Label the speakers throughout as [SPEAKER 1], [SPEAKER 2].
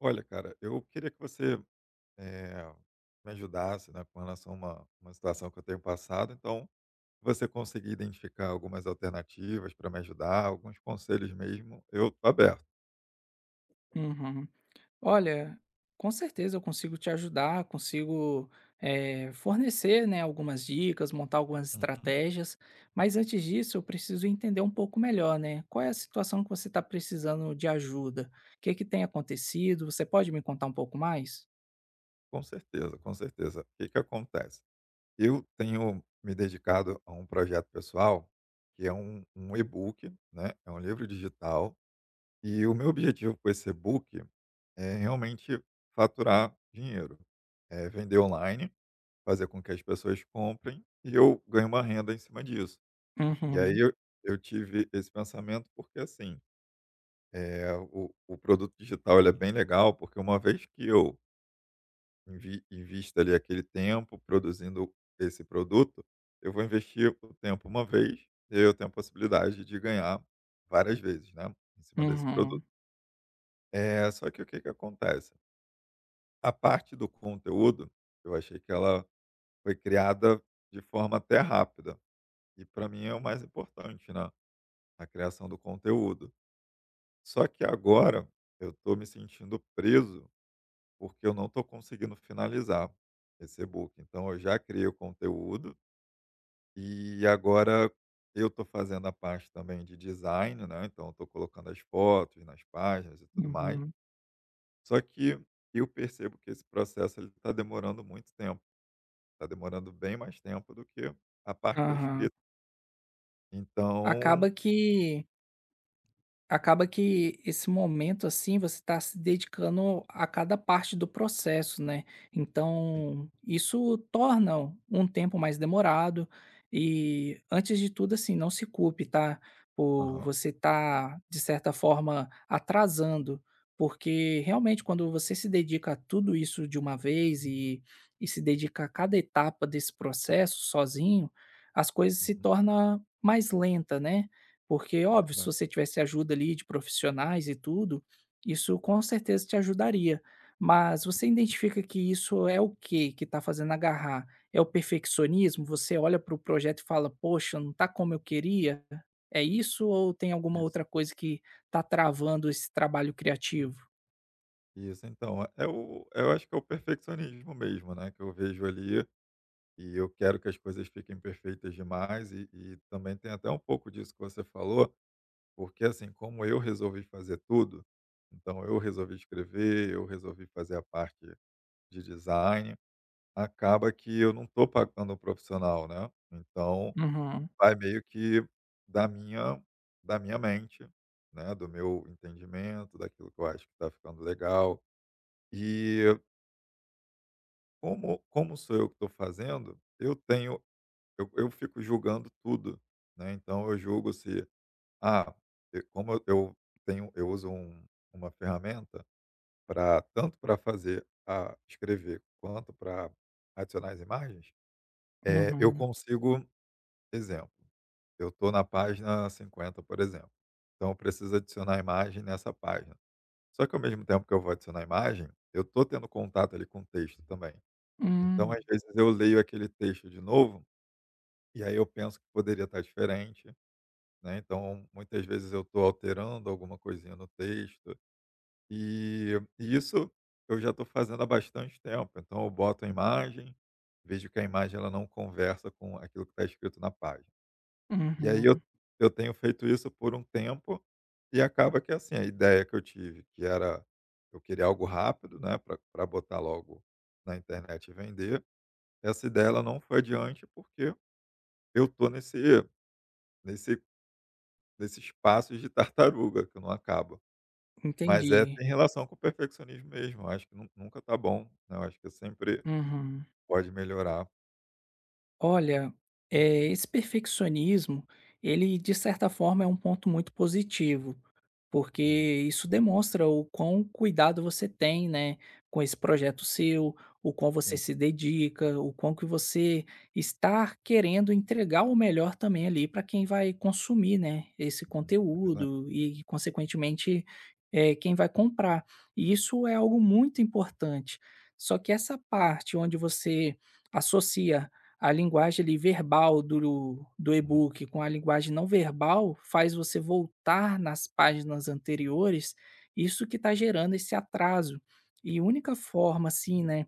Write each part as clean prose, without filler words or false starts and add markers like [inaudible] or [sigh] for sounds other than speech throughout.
[SPEAKER 1] Olha, cara, eu queria que você eh, me ajudasse, né, com relação a uma situação que eu tenho passado. Então, se você conseguir identificar algumas alternativas para me ajudar, alguns conselhos mesmo, eu estou aberto.
[SPEAKER 2] Uhum. Olha, com certeza eu consigo te ajudar, consigo fornecer, né, algumas dicas, montar algumas
[SPEAKER 1] Uhum.
[SPEAKER 2] estratégias, mas antes disso eu preciso entender um pouco melhor, né? Qual é a situação que você está precisando de ajuda? O que que tem acontecido? Você pode me contar um pouco mais?
[SPEAKER 1] Com certeza, com certeza. O que, que acontece? Eu tenho me dedicado a um projeto pessoal que é um e-book, né? É um livro digital. E o meu objetivo com esse e-book é realmente faturar dinheiro, é vender online, fazer com que as pessoas comprem e eu ganho uma renda em cima disso. E aí
[SPEAKER 2] Uhum,
[SPEAKER 1] eu tive esse pensamento porque, assim, o produto digital ele é bem legal, porque uma vez que eu invisto ali aquele tempo produzindo esse produto, eu vou investir o tempo uma vez e aí eu tenho a possibilidade de ganhar várias vezes, né, em cima desse produto.
[SPEAKER 2] uhum,
[SPEAKER 1] É só que o que que acontece? A parte do conteúdo, eu achei que ela foi criada de forma até rápida. E para mim é o mais importante, né, a criação do conteúdo. Só que agora eu estou me sentindo preso, porque eu não estou conseguindo finalizar esse e-book. Então eu já criei o conteúdo e agora eu estou fazendo a parte também de design, né? Então estou colocando as fotos nas páginas e tudo mais.
[SPEAKER 2] uhum,
[SPEAKER 1] Só que eu percebo que esse processo ele está demorando muito tempo. Está demorando bem mais tempo do que a parte da
[SPEAKER 2] aham.
[SPEAKER 1] escrita.
[SPEAKER 2] Acaba
[SPEAKER 1] Então,
[SPEAKER 2] que Acaba que esse momento, assim, você está se dedicando a cada parte do processo, né.
[SPEAKER 1] sim.
[SPEAKER 2] Então, isso torna um tempo mais demorado e, antes de tudo, assim, não se culpe, tá, por
[SPEAKER 1] Aham.
[SPEAKER 2] você estar, de certa forma, atrasando, porque realmente quando você se dedica a tudo isso de uma vez e se dedica a cada etapa desse processo sozinho, as coisas se
[SPEAKER 1] Uhum,
[SPEAKER 2] torna mais lenta, né. Porque,
[SPEAKER 1] é
[SPEAKER 2] óbvio, se
[SPEAKER 1] verdade.
[SPEAKER 2] você tivesse ajuda ali de profissionais e tudo, isso com certeza te ajudaria. Mas você identifica que isso é o que que está fazendo agarrar? É o perfeccionismo? Você olha para o projeto e fala: "Poxa, não está como eu queria"? É isso ou tem alguma
[SPEAKER 1] Isso,
[SPEAKER 2] outra coisa que está travando esse trabalho criativo?
[SPEAKER 1] isso. Então, é é o eu acho que é o perfeccionismo mesmo, né, que eu vejo ali, e eu quero que as coisas fiquem perfeitas demais, e também tem até um pouco disso que você falou, porque, assim, como eu resolvi fazer tudo, então eu resolvi escrever, eu resolvi fazer a parte de design, acaba que eu não tô pagando um profissional, né, então
[SPEAKER 2] Uhum,
[SPEAKER 1] vai meio que da minha da minha mente, né, do meu entendimento, daquilo que eu acho que tá ficando legal. E como sou eu que estou fazendo, eu tenho eu fico julgando tudo, né, então eu julgo se, ah, e como eu uso uma ferramenta para tanto para fazer a escrever, quanto para adicionar as imagens, eu
[SPEAKER 2] uhum.
[SPEAKER 1] consigo exemplo, eu estou na página 50 por exemplo, então eu preciso adicionar a imagem nessa página. Só que ao mesmo tempo que eu vou adicionar a imagem, eu estou tendo contato ali com o texto também. Então, às
[SPEAKER 2] Hum,
[SPEAKER 1] vezes, eu leio aquele texto de novo, e aí eu penso que poderia estar diferente, né, então muitas vezes eu estou alterando alguma coisinha no texto, e e isso eu já estou fazendo há bastante tempo, então eu boto a imagem, vejo que a imagem ela não conversa com aquilo que está escrito na página. E aí eu
[SPEAKER 2] uhum.
[SPEAKER 1] eu tenho feito isso por um tempo, e acaba que, assim, a ideia que eu tive, que era eu queria algo rápido, né, para pra botar logo na internet e vender, essa ideia ela não foi adiante, porque eu tô nesse nesse espaço de tartaruga que eu não acaba. Mas é
[SPEAKER 2] Entendi.
[SPEAKER 1] tem relação com o perfeccionismo mesmo, eu acho que nunca tá bom, né, eu acho que sempre
[SPEAKER 2] Uhum.
[SPEAKER 1] pode melhorar.
[SPEAKER 2] Olha, esse perfeccionismo, ele de certa forma é um ponto muito positivo, porque
[SPEAKER 1] Uhum.
[SPEAKER 2] isso demonstra o quão cuidado você tem, né, com esse projeto seu, o quão você
[SPEAKER 1] Sim.
[SPEAKER 2] se dedica, o quão que você está querendo entregar o melhor também ali para quem vai consumir, né, esse
[SPEAKER 1] Uhum. É verdade.
[SPEAKER 2] conteúdo e, consequentemente, quem vai comprar. E isso é algo muito importante. Só que essa parte onde você associa a linguagem ali verbal do
[SPEAKER 1] Uhum.
[SPEAKER 2] e-book com a linguagem não verbal, faz você voltar nas páginas anteriores, isso que está gerando esse atraso. E única forma, assim, né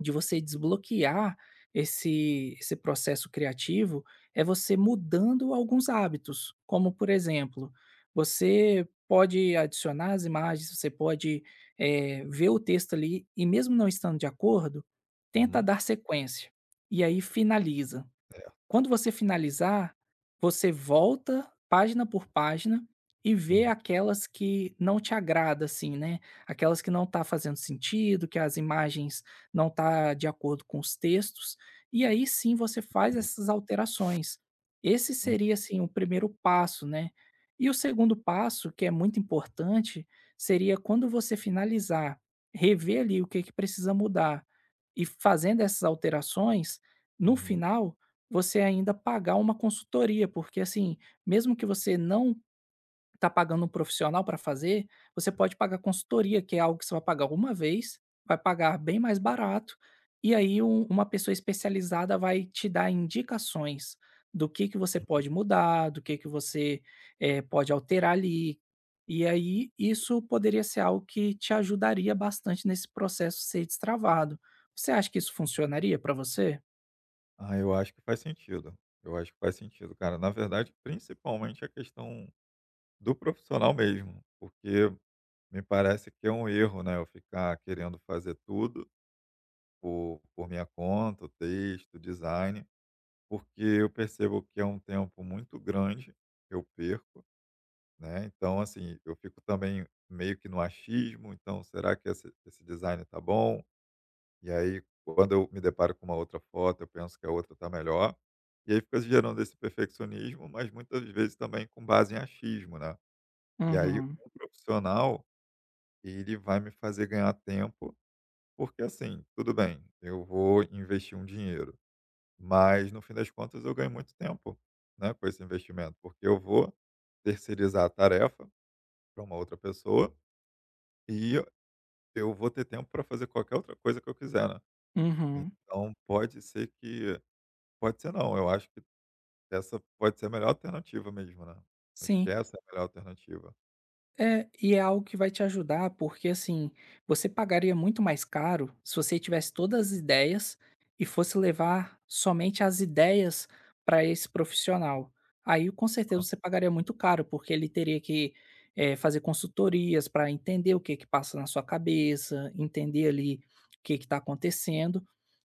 [SPEAKER 2] de você desbloquear esse processo criativo, é você mudando alguns hábitos, como por exemplo, você pode adicionar as imagens, você pode, ver o texto ali e mesmo não estando de acordo, tenta
[SPEAKER 1] Uhum.
[SPEAKER 2] dar sequência, e aí finaliza.
[SPEAKER 1] Certo.
[SPEAKER 2] Quando você finalizar, você volta página por página e vê
[SPEAKER 1] Uhum.
[SPEAKER 2] aquelas que não te agrada, assim, né? Aquelas que não tá fazendo sentido, que as imagens não tá de acordo com os textos, e aí sim você faz
[SPEAKER 1] Entendi.
[SPEAKER 2] essas alterações. Esse
[SPEAKER 1] Hum.
[SPEAKER 2] seria assim o primeiro passo, né? E o segundo passo, que é muito importante, seria quando você finalizar, rever ali o que que precisa mudar e fazendo essas alterações, no
[SPEAKER 1] Uhum.
[SPEAKER 2] final você ainda pagar uma consultoria, porque assim, mesmo que você não está pagando um profissional para fazer, você pode pagar consultoria, que é algo que você vai pagar uma vez, vai pagar bem mais barato, e aí uma pessoa especializada vai te dar indicações do que você pode mudar, do que você pode alterar ali. E aí isso poderia ser algo que te ajudaria bastante nesse processo ser destravado. Você acha que isso funcionaria para você?
[SPEAKER 1] Ah, eu acho que faz sentido. Eu acho que faz sentido, cara. Na verdade, principalmente a questão do profissional mesmo, porque me parece que é um erro, né, eu ficar querendo fazer tudo por minha conta, o texto, o design, porque eu percebo que é um tempo muito grande que eu perco, né? Então, assim, eu fico também meio que no achismo, então, será que esse design tá bom? E aí, quando eu me deparo com uma outra foto, eu penso que a outra tá melhor. E aí fica gerando esse perfeccionismo, mas muitas vezes também com base em achismo, né? E aí,
[SPEAKER 2] Uhum,
[SPEAKER 1] um profissional, ele vai me fazer ganhar tempo, porque assim, tudo bem, eu vou investir um dinheiro, mas no fim das contas eu ganho muito tempo, né, com esse investimento, porque eu vou terceirizar a tarefa para uma outra pessoa e eu vou ter tempo para fazer qualquer outra coisa que eu quiser, né.
[SPEAKER 2] uhum.
[SPEAKER 1] Então pode ser que pode ser não, eu acho que essa pode ser a melhor alternativa mesmo, né. Acho que
[SPEAKER 2] Sim,
[SPEAKER 1] essa é a melhor alternativa.
[SPEAKER 2] é, e é algo que vai te ajudar, porque assim, você pagaria muito mais caro se você tivesse todas as ideias e fosse levar somente as ideias para esse profissional. Aí, com certeza, você pagaria muito caro, porque ele teria que é, fazer consultorias para entender o que que passa na sua cabeça, entender ali o que que está acontecendo,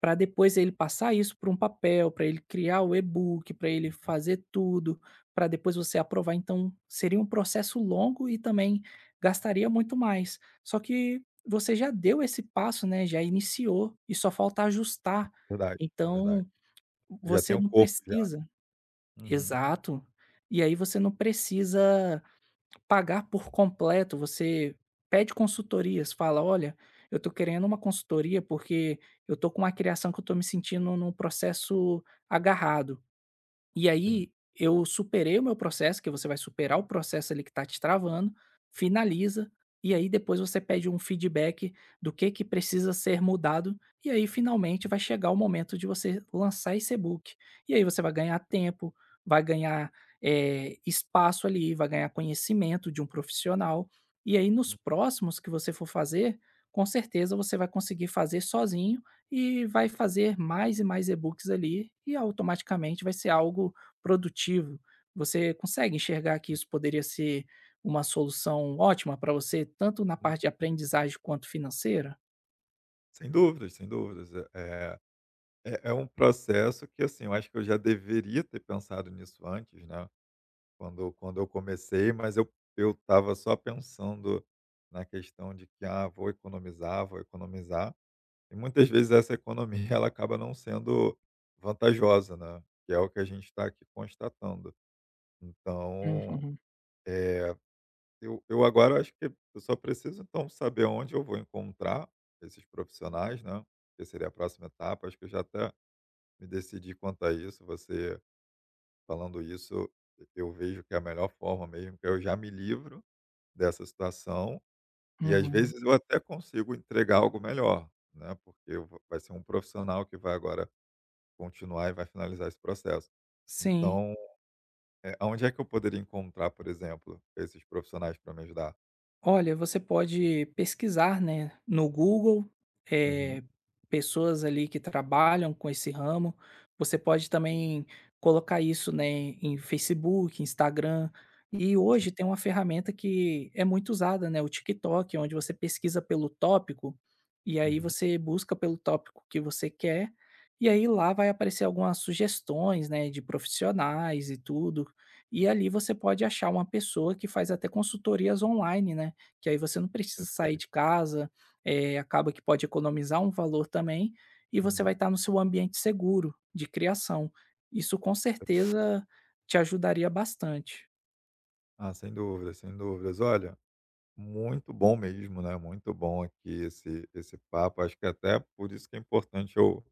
[SPEAKER 2] para depois ele passar isso para um papel, para ele criar o e-book, para ele fazer tudo para depois você aprovar, então seria um processo longo e também gastaria muito mais. Só que você já deu esse passo, né, já iniciou e só falta ajustar.
[SPEAKER 1] Verdade, é verdade.
[SPEAKER 2] Então,
[SPEAKER 1] Eu já
[SPEAKER 2] você
[SPEAKER 1] tenho o
[SPEAKER 2] não
[SPEAKER 1] corpo já.
[SPEAKER 2] precisa
[SPEAKER 1] Uhum,
[SPEAKER 2] exato. E aí você não precisa pagar por completo, você pede consultorias, fala: "Olha, eu tô querendo uma consultoria porque eu tô com uma criação que eu tô me sentindo num processo agarrado". E
[SPEAKER 1] sim.
[SPEAKER 2] aí, eu superei o meu processo, que você vai superar o processo ali que está te travando, finaliza, e aí depois você pede um feedback do que precisa ser mudado, e aí finalmente vai chegar o momento de você lançar esse e-book. E aí você vai ganhar tempo, vai ganhar espaço ali, vai ganhar conhecimento de um profissional, e aí nos próximos que você for fazer, com certeza você vai conseguir fazer sozinho e vai fazer mais e mais e-books ali e automaticamente vai ser algo produtivo. Você consegue enxergar que isso poderia ser uma solução ótima para você, tanto na
[SPEAKER 1] Uhum.
[SPEAKER 2] parte de aprendizagem quanto financeira?
[SPEAKER 1] Sem dúvidas, sem dúvidas. É um processo que, assim, eu acho que eu já deveria ter pensado nisso antes, né. Quando eu comecei, mas eu estava só pensando na questão de que: "Ah, vou economizar", e muitas vezes essa economia [laughs] ela acaba não sendo vantajosa, né, que é o que a gente está aqui constatando. Então,
[SPEAKER 2] Uhum,
[SPEAKER 1] eh, eu agora acho que eu só preciso então saber onde eu vou encontrar esses profissionais, né, que seria a próxima etapa. Acho que eu já até me decidi quanto a isso, você falando isso, eu vejo que é a melhor forma mesmo, que eu já me livro dessa situação, e às
[SPEAKER 2] uhum.
[SPEAKER 1] vezes eu até consigo entregar algo melhor, né, porque eu vou vai ser um profissional que vai agora continuar e vai finalizar esse processo.
[SPEAKER 2] Sim.
[SPEAKER 1] Então, aonde é que eu poderia encontrar, por exemplo, esses profissionais para me ajudar?
[SPEAKER 2] Olha, você pode pesquisar, né, no Google,
[SPEAKER 1] Uhum,
[SPEAKER 2] eh, pessoas ali que trabalham com esse ramo. Você pode também colocar isso, né, em Facebook, Instagram. E
[SPEAKER 1] sim.
[SPEAKER 2] hoje tem uma ferramenta que é muito usada, né, o TikTok, onde você pesquisa pelo tópico e aí
[SPEAKER 1] Uhum,
[SPEAKER 2] você busca pelo tópico que você quer. E aí lá vai aparecer algumas sugestões, né, de profissionais e tudo. E ali você pode achar uma pessoa que faz até consultorias online, né? Que aí você não precisa sair de
[SPEAKER 1] perfeito.
[SPEAKER 2] casa, acaba que pode economizar um valor também, e você vai
[SPEAKER 1] Uhum.
[SPEAKER 2] estar no seu ambiente seguro de criação. Isso com certeza te ajudaria bastante.
[SPEAKER 1] Ah, sem dúvidas, sem dúvidas. Olha, muito bom mesmo, né, muito bom aqui esse papo. Acho que até por isso que é importante eu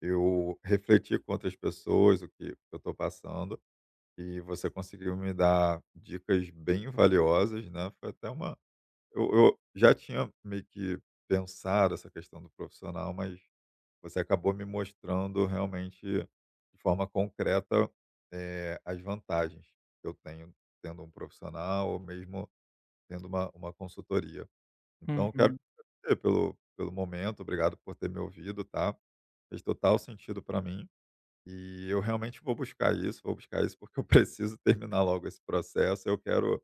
[SPEAKER 1] eu refletir com outras pessoas o que eu estou passando. E você conseguiu me dar dicas bem valiosas, né, foi até uma, eu já tinha meio que pensado essa questão do profissional, mas você acabou me mostrando realmente de forma concreta, as vantagens que eu tenho tendo um profissional ou mesmo tendo uma consultoria. Então eu quero
[SPEAKER 2] Uhum.
[SPEAKER 1] te agradecer pelo momento, obrigado por ter me ouvido, tá. Fez total sentido para mim. E eu realmente vou buscar isso porque eu [laughs] preciso terminar logo esse processo. Eu quero,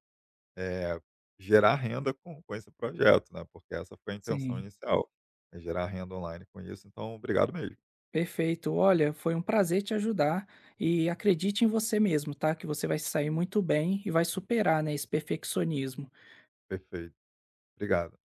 [SPEAKER 1] eh, gerar renda com esse projeto, né, porque essa foi a intenção
[SPEAKER 2] Sim,
[SPEAKER 1] inicial, é gerar renda online com isso. Então, obrigado mesmo.
[SPEAKER 2] perfeito. Olha, foi um prazer te ajudar e acredite em você mesmo, tá? Que você vai se sair muito bem e vai superar, né, esse perfeccionismo.
[SPEAKER 1] Perfeito, obrigado.